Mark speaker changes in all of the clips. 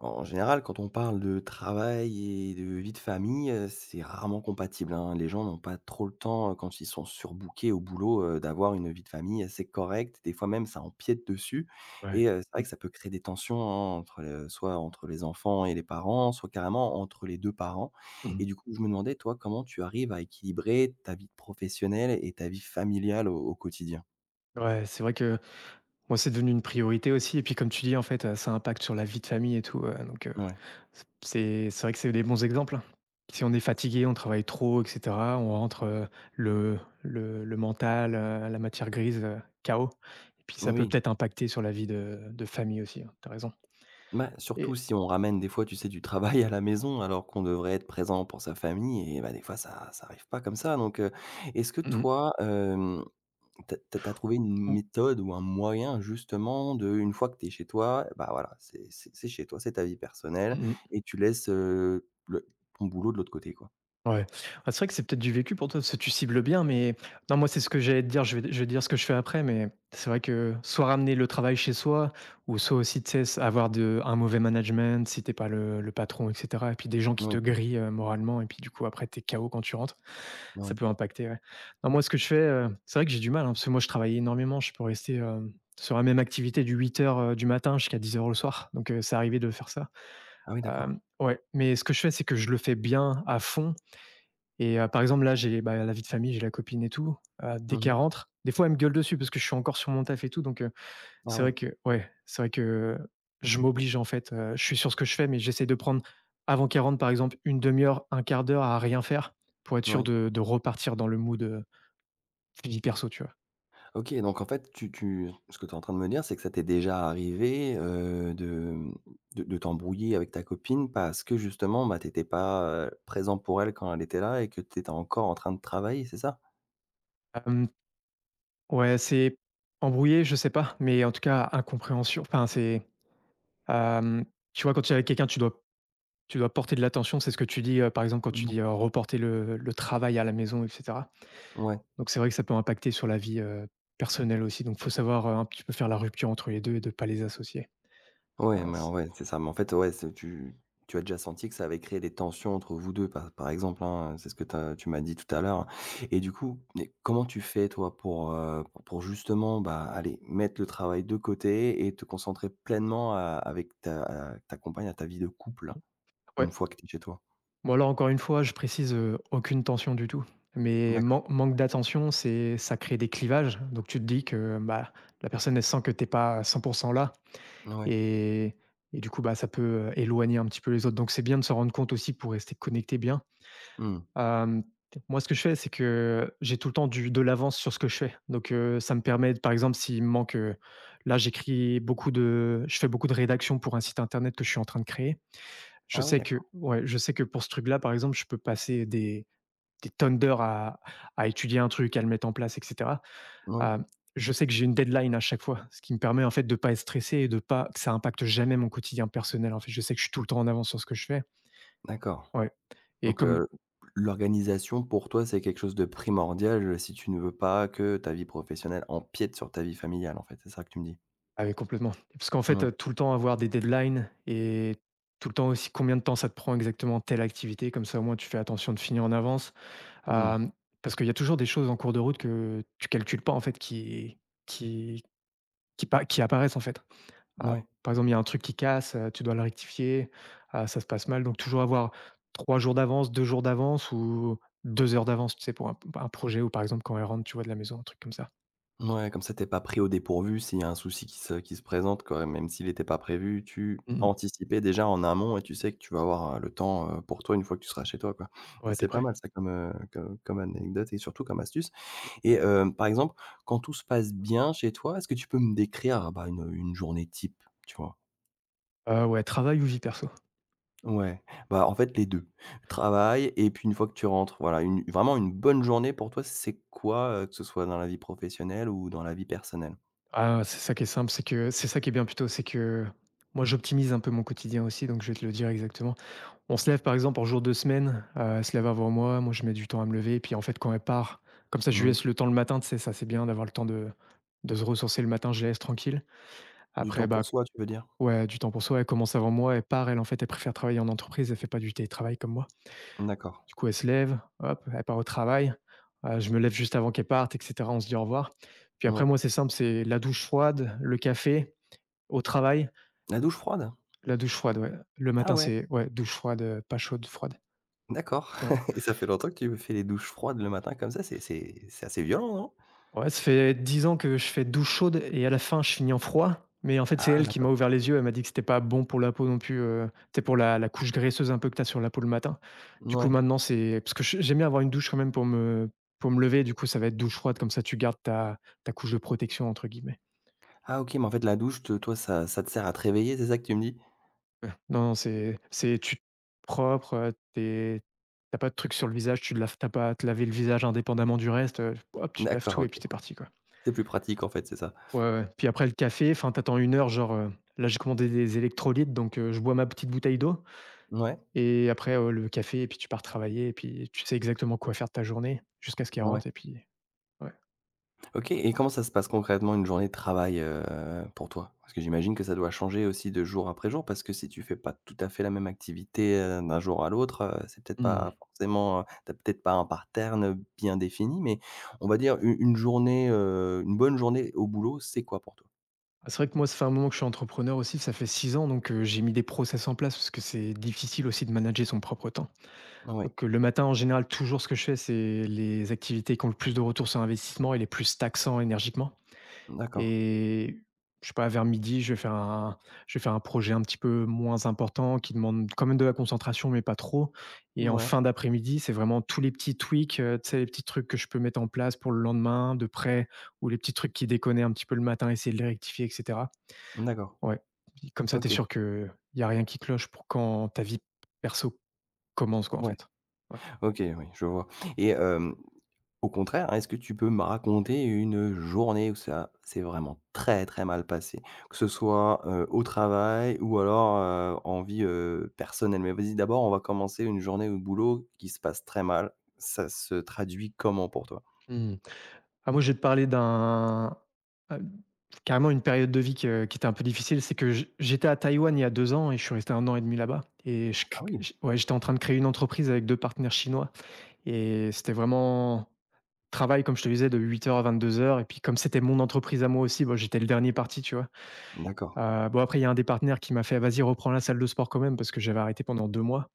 Speaker 1: En général, quand on parle de travail et de vie de famille, c'est rarement compatible, hein. Les gens n'ont pas trop le temps, quand ils sont surbookés au boulot, d'avoir une vie de famille assez correcte. Des fois même, ça empiète dessus
Speaker 2: Ouais.
Speaker 1: et c'est vrai
Speaker 2: Mmh.
Speaker 1: que ça peut créer des tensions, hein, entre le soit entre les enfants et les parents, soit carrément entre les 2 parents
Speaker 2: Mmh.
Speaker 1: et du coup, je me demandais, toi, comment tu arrives à équilibrer ta vie professionnelle et ta vie familiale au quotidien?
Speaker 2: Ouais, c'est vrai que moi, c'est devenu une priorité aussi et puis comme tu dis, en fait, ça impacte sur la vie de famille et tout, donc
Speaker 1: Ouais.
Speaker 2: c'est vrai que c'est des bons exemples, hein. Si on est
Speaker 1: C'est.
Speaker 2: fatigué, on travaille trop et cetera, on rentre, le mental, la matière grise, KO et puis ça peut
Speaker 1: Oui.
Speaker 2: peut-être impacter sur la vie de famille aussi, hein, tu as raison.
Speaker 1: Bah, surtout
Speaker 2: Et
Speaker 1: si on ramène des fois, tu sais, du travail à la maison alors qu'on devrait être présent pour sa famille et bah, des fois ça arrive pas comme ça donc est-ce que
Speaker 2: mmh
Speaker 1: toi, tu trouvé une
Speaker 2: Ou
Speaker 1: méthode ou un moyen justement de une fois que t'es chez toi, bah, voilà, c'est chez toi, c'est ta vie personnelle
Speaker 2: mmh
Speaker 1: et tu laisses, le ton boulot de l'autre côté, quoi?
Speaker 2: Ouais. Ah, c'est vrai que c'est peut-être du vécu pour toi, parce que tu cibles bien, mais non, moi, c'est ce que j'allais te dire. Je vais te dire ce que je fais après, mais c'est vrai que soit ramener le travail chez soi, ou soit aussi, tu sais, avoir de, un mauvais management si t'es pas le patron, etc. Et puis des gens qui
Speaker 1: Oui,
Speaker 2: te grillent moralement, et puis du coup, après, t'es KO quand tu rentres.
Speaker 1: oui,
Speaker 2: Ça
Speaker 1: oui.
Speaker 2: peut impacter, ouais. Non, moi, ce que je fais, c'est vrai que j'ai du mal, hein, parce que moi, je travaille énormément. Je peux rester sur la même activité du 8 h du matin jusqu'à 10 h le soir. Donc, c'est arrivé de faire ça.
Speaker 1: Ah oui,
Speaker 2: Euh,
Speaker 1: d'accord.
Speaker 2: ouais. Mais ce que je fais, c'est que je le fais bien à fond et par exemple, là, j'ai, bah, la vie de famille, j'ai la copine et tout, dès qu'elle
Speaker 1: Mmh.
Speaker 2: rentre, des fois, elle me gueule dessus parce que je suis encore sur mon taf et tout, donc
Speaker 1: Ah
Speaker 2: c'est
Speaker 1: oui.
Speaker 2: vrai que ouais, c'est vrai que je m'oblige, en fait, je suis sur ce que je fais, mais j'essaie de prendre, avant qu'elle rentre, par exemple, une demi heure, un quart d'heure à rien faire pour être sûr
Speaker 1: Oui.
Speaker 2: de repartir dans le mood, vie perso, tu vois?
Speaker 1: OK, donc en fait, tu tu ce que tu es en train de me dire, c'est que ça t'est déjà arrivé, mmh, de t'embrouiller avec ta copine parce que justement, bah, tu étais pas, présent pour elle quand elle était là et que tu étais encore en train de travailler, c'est ça?
Speaker 2: Hem, Ouais, c'est embrouillé, je sais pas, mais en tout cas, incompréhension enfin, c'est, hem, tu vois, quand tu es avec quelqu'un, tu dois porter de l'attention. C'est ce que tu dis, par exemple, quand tu
Speaker 1: Ouais.
Speaker 2: dis, reporter le travail à la maison et cetera.
Speaker 1: Ouais.
Speaker 2: Donc c'est vrai que ça peut impacter sur la vie, personnelle aussi. Donc faut savoir, un petit peu faire la rupture entre les deux et de pas les associer.
Speaker 1: Ouais,
Speaker 2: Ah c
Speaker 1: c'est ça. Mais en fait, ouais, c'est tu tu as déjà senti que ça avait créé des tensions entre vous 2, par exemple, hein, c'est ce que tu m'as dit tout à l'heure et du coup, mais comment tu fais toi pour justement, bah, aller mettre le travail de côté et te concentrer pleinement, avec ta ta compagne à ta vie de couple,
Speaker 2: Ouais.
Speaker 1: une fois que tu es chez toi?
Speaker 2: Bon alors encore une fois, je précise, aucune tension du tout. Mais man
Speaker 1: D'accord,
Speaker 2: manque d'attention, c'est ça crée des clivages. Donc tu te dis que, bah, la personne, elle sent que t'es pas à 100 là
Speaker 1: ouais.
Speaker 2: et et du coup, bah, ça peut, éloigner un petit peu les autres. Donc c'est bien de se rendre compte aussi pour rester connecté bien.
Speaker 1: Mmh.
Speaker 2: Hem, moi ce que je fais, c'est que j'ai tout le temps du de l'avance sur ce que je fais. Donc ça me permet, par exemple, s'il me manque, là j'écris beaucoup de je fais beaucoup de rédaction pour un site internet que je suis en train de créer. Je
Speaker 1: Ah oui,
Speaker 2: sais
Speaker 1: d'accord.
Speaker 2: que ouais, je sais que pour ce truc-là, par exemple, je peux passer des tonnes d'heures à étudier un truc, à le mettre en place et cetera.
Speaker 1: Oui,
Speaker 2: Hem, je sais que j'ai une deadline à chaque fois, ce qui me permet, en fait, de pas être stressé et de pas que ça impacte jamais mon quotidien personnel, en fait. Je sais que je suis tout le temps en avance sur ce que je fais.
Speaker 1: d'accord.
Speaker 2: Ouais, et
Speaker 1: Donc,
Speaker 2: comme
Speaker 1: l'organisation pour toi, c'est quelque chose de primordial, si tu ne veux pas que ta vie professionnelle empiète sur ta vie familiale, en fait, c'est ça que tu me dis?
Speaker 2: ah ouais, complètement. Parce qu'en fait,
Speaker 1: Ouais.
Speaker 2: tout le temps avoir des deadlines et tout le temps aussi combien de temps ça te prend exactement telle activité, comme ça, au moins, tu fais attention de finir en avance.
Speaker 1: Mmh.
Speaker 2: Hem, parce qu'il y a toujours des choses en cours de route que tu calcules pas, en fait, qui qui apparaissent en fait. Ah,
Speaker 1: Ouais.
Speaker 2: par exemple, il y a un truc qui casse, tu dois le rectifier, ah, ça se passe mal, donc toujours avoir 3 jours d'avance, 2 jours d'avance ou 2 heures d'avance, tu sais, pour un projet ou par exemple quand elle rentre, tu vois, de la maison, un truc comme ça.
Speaker 1: Ouais, comme ça, t'es pas pris au dépourvu s'il y a un souci qui se présente, quoi, même s'il n'était pas prévu, tu as
Speaker 2: Mmh.
Speaker 1: anticipé déjà en amont et tu sais que tu vas avoir, le temps, pour toi une fois que tu seras chez toi, quoi. Ça,
Speaker 2: Ouais,
Speaker 1: c'est
Speaker 2: t'es
Speaker 1: pas
Speaker 2: prêt?
Speaker 1: mal ça comme, co comme anecdote et surtout comme astuce et par exemple, quand tout se passe bien chez toi, est-ce que tu peux me décrire, bah, une journée type, tu vois?
Speaker 2: Ouais, travail ou vie perso?
Speaker 1: Ouais, bah, en fait les deux. Travail et puis une fois que tu rentres, voilà, une vraiment une bonne journée pour toi, c'est quoi, que ce soit dans la vie professionnelle ou dans la vie personnelle?
Speaker 2: Ah, c'est ça qui est simple, c'est que c'est ça qui est bien plutôt, c'est que moi j'optimise un peu mon quotidien aussi, donc je vais te le dire exactement. On se lève par exemple en jour de semaine, elle se lève avant moi, moi je mets du temps à me lever et puis en fait quand elle part, comme ça je lui
Speaker 1: Oui.
Speaker 2: laisse le temps le matin, tu sais? Ça c'est bien d'avoir le temps de se ressourcer le matin, je la laisse tranquille.
Speaker 1: Du temps
Speaker 2: Après
Speaker 1: pour
Speaker 2: bah,
Speaker 1: soi, tu veux dire?
Speaker 2: ouais, du temps pour soi, elle commence avant moi, elle part, elle en fait elle préfère travailler en entreprise, elle fait pas du télétravail comme moi.
Speaker 1: D'accord,
Speaker 2: Du coup elle se lève, hop, elle part au travail, je me lève juste avant qu'elle parte et cetera, on se dit au revoir. Puis après
Speaker 1: ouais.
Speaker 2: moi c'est simple, c'est la douche froide, le café, au travail,
Speaker 1: La douche froide?
Speaker 2: la douche froide, ouais. Le
Speaker 1: Ah
Speaker 2: matin
Speaker 1: ouais,
Speaker 2: c'est ouais douche froide, pas chaude, froide.
Speaker 1: d'accord.
Speaker 2: Ouais.
Speaker 1: Et ça fait longtemps que tu fais les douches froides le matin comme ça? C'est assez violent, non?
Speaker 2: Ouais, ça fait 10 ans que je fais douche chaude et à la fin, je finis en froid. Mais en fait, c'est
Speaker 1: Ah
Speaker 2: elle qui m'a
Speaker 1: d'accord,
Speaker 2: ouvert les yeux. Elle m'a dit que c'était pas bon pour la peau non plus, tu pour la couche graisseuse un peu que tu as sur la peau le matin. Du coup,
Speaker 1: ouais.
Speaker 2: maintenant, c'est parce que j'aime bien avoir une douche quand même pour me lever. Du coup, ça va être douche froide, comme ça, tu gardes ta couche de «protection» entre guillemets.
Speaker 1: Ah OK, mais en fait la douche te toi ça te sert à te réveiller, c'est ça que tu me dis?
Speaker 2: Ouais. Non, non, c'est tu te propre, tu es pas de truc sur le visage, tu te laves tu pas à te laver le visage indépendamment du reste, hop, tu te laves
Speaker 1: D'accord,
Speaker 2: tout et
Speaker 1: OK.
Speaker 2: puis t'es parti, quoi.
Speaker 1: C'est plus pratique en fait, c'est ça?
Speaker 2: Ouais, ouais. Puis après le café, enfin, t'attends une heure, genre, là j'ai commandé des électrolytes, donc je bois ma petite bouteille d'eau
Speaker 1: Ouais,
Speaker 2: et après, le café et puis tu pars travailler et puis tu sais exactement quoi faire de ta journée jusqu'à ce qu'elle
Speaker 1: ouais.
Speaker 2: rentre et puis ouais.
Speaker 1: OK, et comment ça se passe concrètement une journée de travail, pour toi? Parce que j'imagine que ça doit changer aussi de jour après jour parce que si tu fais pas tout à fait la même activité, d'un jour à l'autre, c'est peut-être pas
Speaker 2: Mmh.
Speaker 1: forcément, tu peut-être pas un pattern bien défini, mais on va dire u une journée, une bonne journée au boulot, c'est quoi pour toi?
Speaker 2: C'est vrai que moi, ça fait un moment que je suis entrepreneur aussi, ça fait 6 ans, donc j'ai mis des process en place parce que c'est difficile aussi de manager son propre temps.
Speaker 1: Oui,
Speaker 2: Donc le matin, en général, toujours ce que je fais, c'est les activités qui ont le plus de retour sur investissement et les plus taxants énergiquement.
Speaker 1: d'accord.
Speaker 2: Et je sais pas, vers midi je vais faire un projet un petit peu moins important qui demande quand même de la concentration, mais pas trop. Et en
Speaker 1: Ouais,
Speaker 2: fin d'après-midi, c'est vraiment tous les petits tweaks, tu sais, les petits trucs que je peux mettre en place pour le lendemain de près ou les petits trucs qui déconnaient un petit peu le matin, essayer de les rectifier et cetera.
Speaker 1: d'accord.
Speaker 2: Ouais, comme ça, tu es
Speaker 1: OK.
Speaker 2: sûr qu'il y a rien qui cloche pour quand ta vie perso commence quoi, en
Speaker 1: Ouais.
Speaker 2: fait. Ouais.
Speaker 1: OK, oui, je vois et hem au contraire, hein, est-ce que tu peux me raconter une journée où ça s'est vraiment très, très mal passé? Que ce soit, au travail ou alors, en vie, personnelle? Mais vas-y, d'abord, on va commencer une journée au boulot qui se passe très mal. Ça se traduit comment pour toi?
Speaker 2: Mmh. Ah moi, je vais te parler d'un, hem, carrément une période de vie que qui était un peu difficile. C'est que j'étais à Taïwan il y a 2 ans et je suis resté un an et demi là-bas et je c
Speaker 1: Ah oui,
Speaker 2: j ouais, j'étais en train de créer une entreprise avec 2 partenaires chinois et c'était vraiment travail, comme je te disais, de 8:00 à 22:00 et puis comme c'était mon entreprise à moi aussi, bon j'étais le dernier parti, tu vois?
Speaker 1: d'accord.
Speaker 2: Bon après il y a un des partenaires qui m'a fait: «Vas-y reprends la salle de sport quand même» parce que j'avais arrêté pendant 2 mois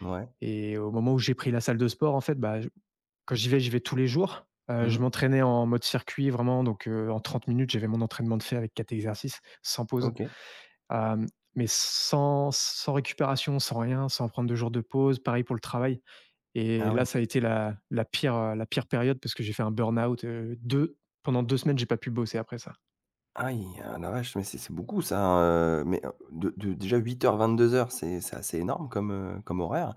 Speaker 1: Ouais.
Speaker 2: et au moment où j'ai pris la salle de sport en fait, bah, je quand j'y vais tous les jours. Je
Speaker 1: Mmh.
Speaker 2: m'entraînais en mode circuit vraiment donc en 30 minutes, j'avais mon entraînement de fait avec 4 exercices sans pause.
Speaker 1: OK.
Speaker 2: Hem, mais sans récupération, sans rien, sans prendre de jours de pause. Pareil pour le travail. Et
Speaker 1: Ah oui.
Speaker 2: là, ça a été la pire, la pire période parce que j'ai fait un burn-out, 2 pendant 2 semaines, j'ai pas pu bosser après ça.
Speaker 1: Aïe! Ah la vache, mais c'est beaucoup ça, hein, mais, de déjà 8:00-22:00, c'est assez énorme comme, comme horaire.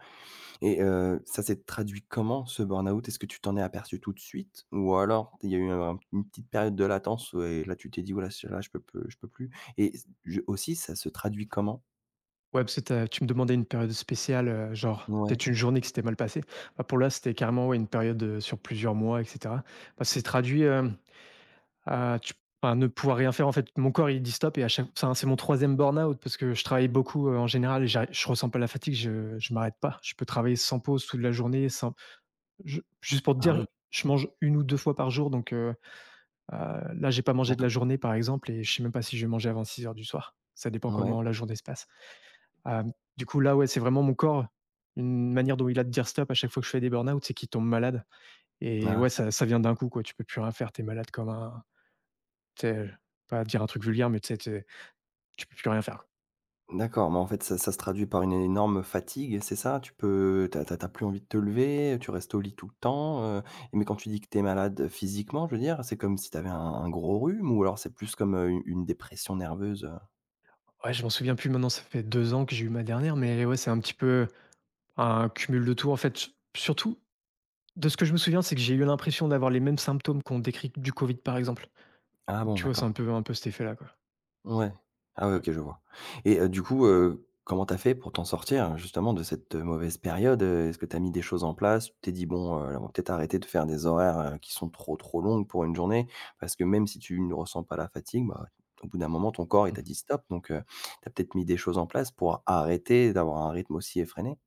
Speaker 1: Et ça s'est traduit comment ce burn-out? Est-ce que tu t'en es aperçu tout de suite? Ou alors il y a eu un une petite période de latence ouais, et là tu t'es dit: «Oh là, c'est là je peux peu je peux plus» et s je aussi ça se traduit comment?
Speaker 2: Ouais, parce que tu me demandais une période spéciale, genre
Speaker 1: Ouais.
Speaker 2: peut-être une journée qui s'était mal passée. Bah, pour là, c'était carrément, ouais, une période, sur plusieurs mois et cetera. Bah, c'est traduit, à tu enfin, ne pouvoir rien faire. En fait, mon corps, il dit stop. Et à chaque enfin, c'est mon troisième e burn-out parce que je travaille beaucoup, en général et j'arri je ressens pas la fatigue, je m'arrête pas. Je peux travailler sans pause toute la journée, sans je juste pour te
Speaker 1: Ah oui,
Speaker 2: dire, je mange une ou 2 fois par jour donc heu, là, j'ai pas mangé de la
Speaker 1: d'accord.
Speaker 2: journée, par exemple, et je sais même pas si je vais manger avant 6 heures du soir. Ça dépend
Speaker 1: Ouais.
Speaker 2: comment la journée se passe. Hem, du coup, là, ouais, c'est vraiment mon corps, une manière dont il a de dire stop. À chaque fois que je fais des burn-out, c'est qu'il tombe malade et
Speaker 1: Ah,
Speaker 2: ouais, ça vient d'un coup, quoi. Tu peux plus rien faire, t'es malade comme un tu sais, pas dire un truc vulgaire, mais tu sais, tu peux plus rien faire.
Speaker 1: d'accord, mais en fait ça se traduit par une énorme fatigue, c'est ça? Tu peux tu as tu as tu as plus envie de te lever, tu restes au lit tout le temps, mais quand tu dis que tu es malade physiquement, je veux dire, c'est comme si tu avais un gros rhume ou alors c'est plus comme, une dépression nerveuse, heu?
Speaker 2: Ouais, je m'en souviens plus maintenant, ça fait 2 ans que j'ai eu ma dernière, mais ouais, c'est un petit peu un cumul de tout en fait. S Surtout, de ce que je me souviens, c'est que j'ai eu l'impression d'avoir les mêmes symptômes qu'on décrit du Covid, par exemple.
Speaker 1: Ah
Speaker 2: Donc
Speaker 1: bon,
Speaker 2: tu vois, c'est
Speaker 1: d'accord.
Speaker 2: un peu cet effet-là, quoi.
Speaker 1: Ouais. Ah ouais,
Speaker 2: Ouais.
Speaker 1: OK, je vois et comment t'as fait pour t'en sortir, justement, de cette, mauvaise période, heu? Est-ce que t'as mis des choses en place? Tu t'es dit: «Bon, on va peut-être arrêter de faire des horaires, qui sont trop, trop longues pour une journée», parce que même si tu ne ressens pas la fatigue, bah, au bout d'un moment, ton corps, il t'a dit: «Stop», donc tu as peut-être mis des choses en place pour arrêter d'avoir un rythme aussi effréné?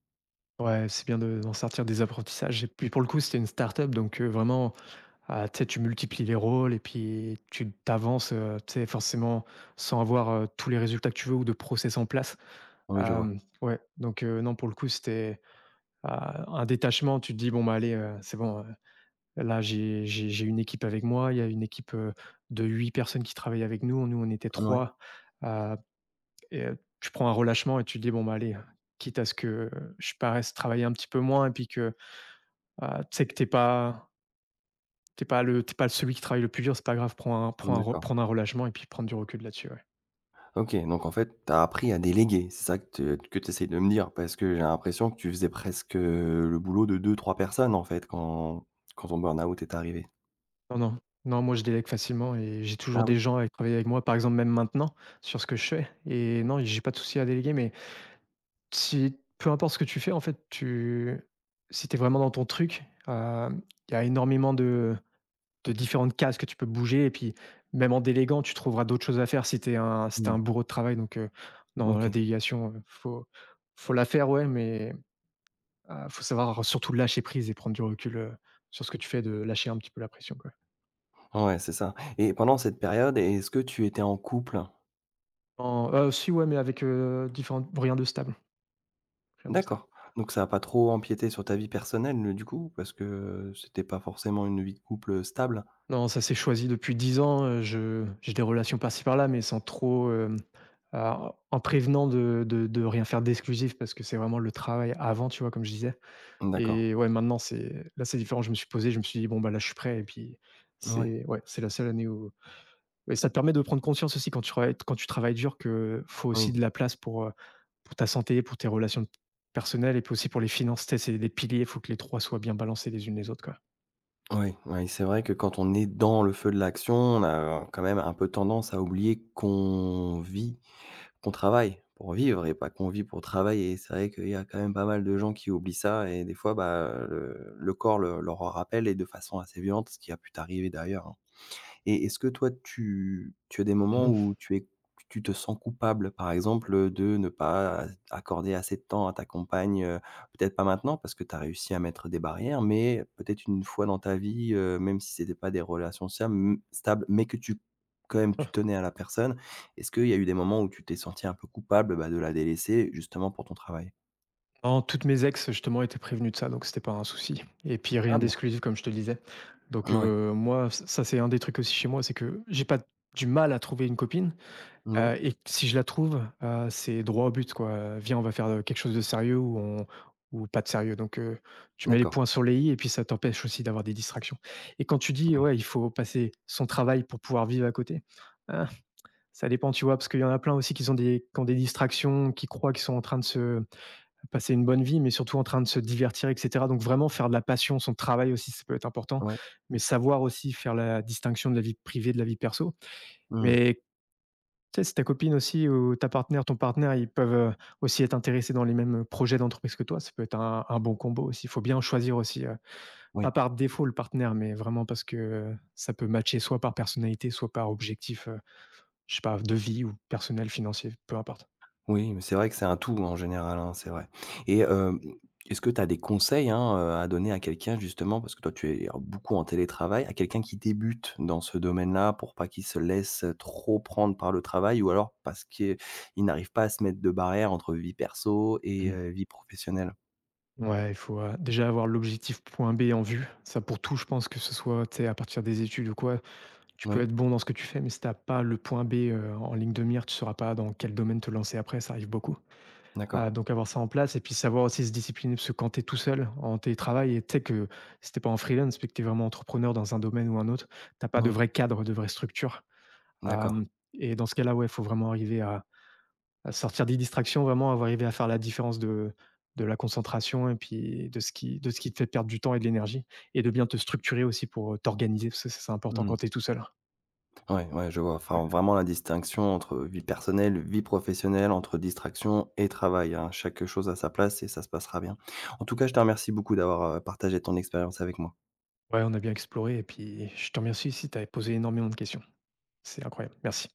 Speaker 2: Ouais, c'est bien de d'en sortir des apprentissages et puis pour le coup, c'était une start-up donc, vraiment, ah, tu sais, tu multiplies les rôles et puis tu avances, tu sais, forcément sans avoir, tous les résultats que tu veux ou de process en place.
Speaker 1: Oui, je vois.
Speaker 2: Ouais, donc, non, pour le coup, c'était, ah, un détachement. Tu te dis: «Bon, bah, allez, c'est bon, là, j'ai une équipe avec moi». Il y a une équipe, de 8 personnes qui travaillent avec nous. Nous, on était
Speaker 1: Ouais.
Speaker 2: trois. heu Tu prends un relâchement et tu te dis: «Bon, bah, allez, quitte à ce que je paraisse travailler un petit peu moins et puis que». Tu sais que t'es pas le t'es es pas celui qui travaille le plus dur, c'est pas grave, prends un prends un re
Speaker 1: D'accord.
Speaker 2: prendre un relâchement et puis prendre du recul là-dessus, ouais.
Speaker 1: OK, donc en fait, tu as appris à déléguer. C'est ça que te tu essayes de me dire? Parce que j'ai l'impression que tu faisais presque, le boulot de deux trois personnes, en fait, quand ton burn-out est arrivé.
Speaker 2: Non, non, non, moi je délègue facilement et j'ai toujours
Speaker 1: Ah oui?
Speaker 2: des gens à travailler avec moi, par exemple même maintenant, sur ce que je fais et non, j'ai pas de souci à déléguer, mais si peu importe ce que tu fais, en fait, tu si t'es vraiment dans ton truc, il y a énormément de différentes cases que tu peux bouger et puis même en déléguant, tu trouveras d'autres choses à faire si t'es un si t'es
Speaker 1: Mmh.
Speaker 2: un bourreau de travail donc non, la
Speaker 1: OK.
Speaker 2: délégation, faut la faire, ouais, mais faut savoir surtout lâcher prise et prendre du recul, sur ce que tu fais, de lâcher un petit peu la pression, quoi.
Speaker 1: Ouais, c'est ça, et pendant cette période, est-ce que tu étais en couple?
Speaker 2: En Si ouais, mais avec, différentes rien de stable, rien de stable.
Speaker 1: D'accord, donc ça a pas trop empiété sur ta vie personnelle, du coup? Parce que, c'était pas forcément une vie de couple stable?
Speaker 2: Non, ça s'est choisi depuis 10 ans, je j'ai des relations par-ci par-là, mais sans trop, alors en prévenant de rien faire d'exclusif parce que c'est vraiment le travail avant, tu vois? Comme je disais
Speaker 1: D'accord.
Speaker 2: et ouais, maintenant c'est là, c'est différent. Je me suis posé, je me suis dit: «Bon, bah, là, je suis prêt» et puis
Speaker 1: Ouais,
Speaker 2: c'est ouais, c'est la seule année où mais ça te permet de prendre conscience aussi quand tu travailles dur que faut
Speaker 1: oui,
Speaker 2: aussi de la place pour ta santé, pour tes relations personnelles et puis aussi pour les finances. Tu sais, c'est des piliers, il faut que les 3 soient bien balancés les unes les autres, quoi.
Speaker 1: oui, c'est vrai que quand on est dans le feu de l'action, on a quand même un peu tendance à oublier qu'on travaille pour vivre et pas qu'on vit pour travailler. Et c'est vrai qu'il y a quand même pas mal de gens qui oublient ça et des fois, bah, le corps le leur en rappelle et de façon assez violente, ce qui a pu t'arriver d'ailleurs, hein. Et est-ce que toi, tu as des
Speaker 2: Mmh
Speaker 1: moments
Speaker 2: mh.
Speaker 1: où tu te sens coupable, par exemple, de ne pas accorder assez de temps à ta compagne, peut-être pas maintenant parce que tu as réussi à mettre des barrières, mais peut-être une fois dans ta vie, même si c'était pas des relations stables, mais que tu quand même tu tenais à la personne. Est-ce qu'il y a eu des moments où tu t'es senti un peu coupable, bah, de la délaisser justement pour ton travail?
Speaker 2: Non, toutes mes ex, justement, étaient prévenues de ça, donc c'était pas un souci et puis
Speaker 1: Ah
Speaker 2: rien
Speaker 1: bien.
Speaker 2: d'exclusif comme je te disais. Donc
Speaker 1: Ouais.
Speaker 2: moi, ça, c'est un des trucs aussi chez moi, c'est que j'ai pas du mal à trouver une copine.
Speaker 1: Oui.
Speaker 2: Et si je la trouve, c'est droit au but quoi, «Viens, on va faire, quelque chose de sérieux ou on ou pas de sérieux». Donc tu mets les
Speaker 1: D'accord.
Speaker 2: points sur les i et puis ça t'empêche aussi d'avoir des distractions. Et quand tu dis:
Speaker 1: Ouais.
Speaker 2: «Ouais, il faut passer son travail pour pouvoir vivre à côté», ah, ça dépend, tu vois? Parce qu'il y en a plein aussi qui sont des qui ont des distractions, qui croient qu'ils sont en train de se passer une bonne vie, mais surtout en train de se divertir et cetera. Donc vraiment faire de la passion son travail aussi, ça peut être important,
Speaker 1: Ouais.
Speaker 2: mais savoir aussi faire la distinction de la vie privée, de la vie perso.
Speaker 1: Mmh.
Speaker 2: Mais tu sais, si ta copine aussi ou ta partenaire, ton partenaire, ils peuvent, aussi être intéressés dans les mêmes, projets d'entreprise que toi, ça peut être un bon combo aussi. Il faut bien choisir aussi,
Speaker 1: Oui.
Speaker 2: pas par défaut le partenaire, mais vraiment parce que, ça peut matcher soit par personnalité, soit par objectif, je sais pas, de vie ou personnel, financier, peu importe.
Speaker 1: Oui, mais c'est vrai que c'est un tout en général, hein, c'est vrai. Et est-ce que tu as des conseils, hein, à donner à quelqu'un justement, parce que toi tu es beaucoup en télétravail, à quelqu'un qui débute dans ce domaine-là pour pas qu'il se laisse trop prendre par le travail ou alors parce qu'il n'arrive pas à se mettre de barrière entre vie perso et
Speaker 2: Mmh.
Speaker 1: vie professionnelle?
Speaker 2: Ouais, il faut, déjà avoir l'objectif point B en vue. Ça pour tout, je pense que ce soit, tu sais, à partir des études ou quoi, tu peux
Speaker 1: Oui,
Speaker 2: être bon dans ce que tu fais, mais si t'as pas le point B, en ligne de mire, tu sauras pas dans quel domaine te lancer après, ça arrive beaucoup. Ah,
Speaker 1: d'accord.
Speaker 2: donc avoir ça en place et puis savoir aussi se discipliner, parce que quand tu es tout seul en télétravail et tu sais que si tu pas en freelance, puis que tu es vraiment entrepreneur dans un domaine ou un autre, t'as pas de
Speaker 1: Oui,
Speaker 2: vrai cadre, de vraie structure.
Speaker 1: d'accord.
Speaker 2: Hem Et dans ce cas-là, ouais, il faut vraiment arriver à sortir des distractions, vraiment avoir arriver à faire la différence de la concentration et puis de ce qui te fait perdre du temps et de l'énergie et de bien te structurer aussi pour, t'organiser, parce que ça, c'est important
Speaker 1: Mmh.
Speaker 2: quand tu es tout seul.
Speaker 1: Ouais, ouais, je vois.
Speaker 2: Ouais.
Speaker 1: Enfin, vraiment la distinction entre vie personnelle, vie professionnelle, entre distraction et travail, hein. Chaque chose à sa place et ça se passera bien. En tout cas, je te remercie beaucoup d'avoir, partagé ton expérience avec moi.
Speaker 2: Ouais, on a bien exploré et puis je te remercie aussi, tu as posé énormément de questions. C'est incroyable. Merci.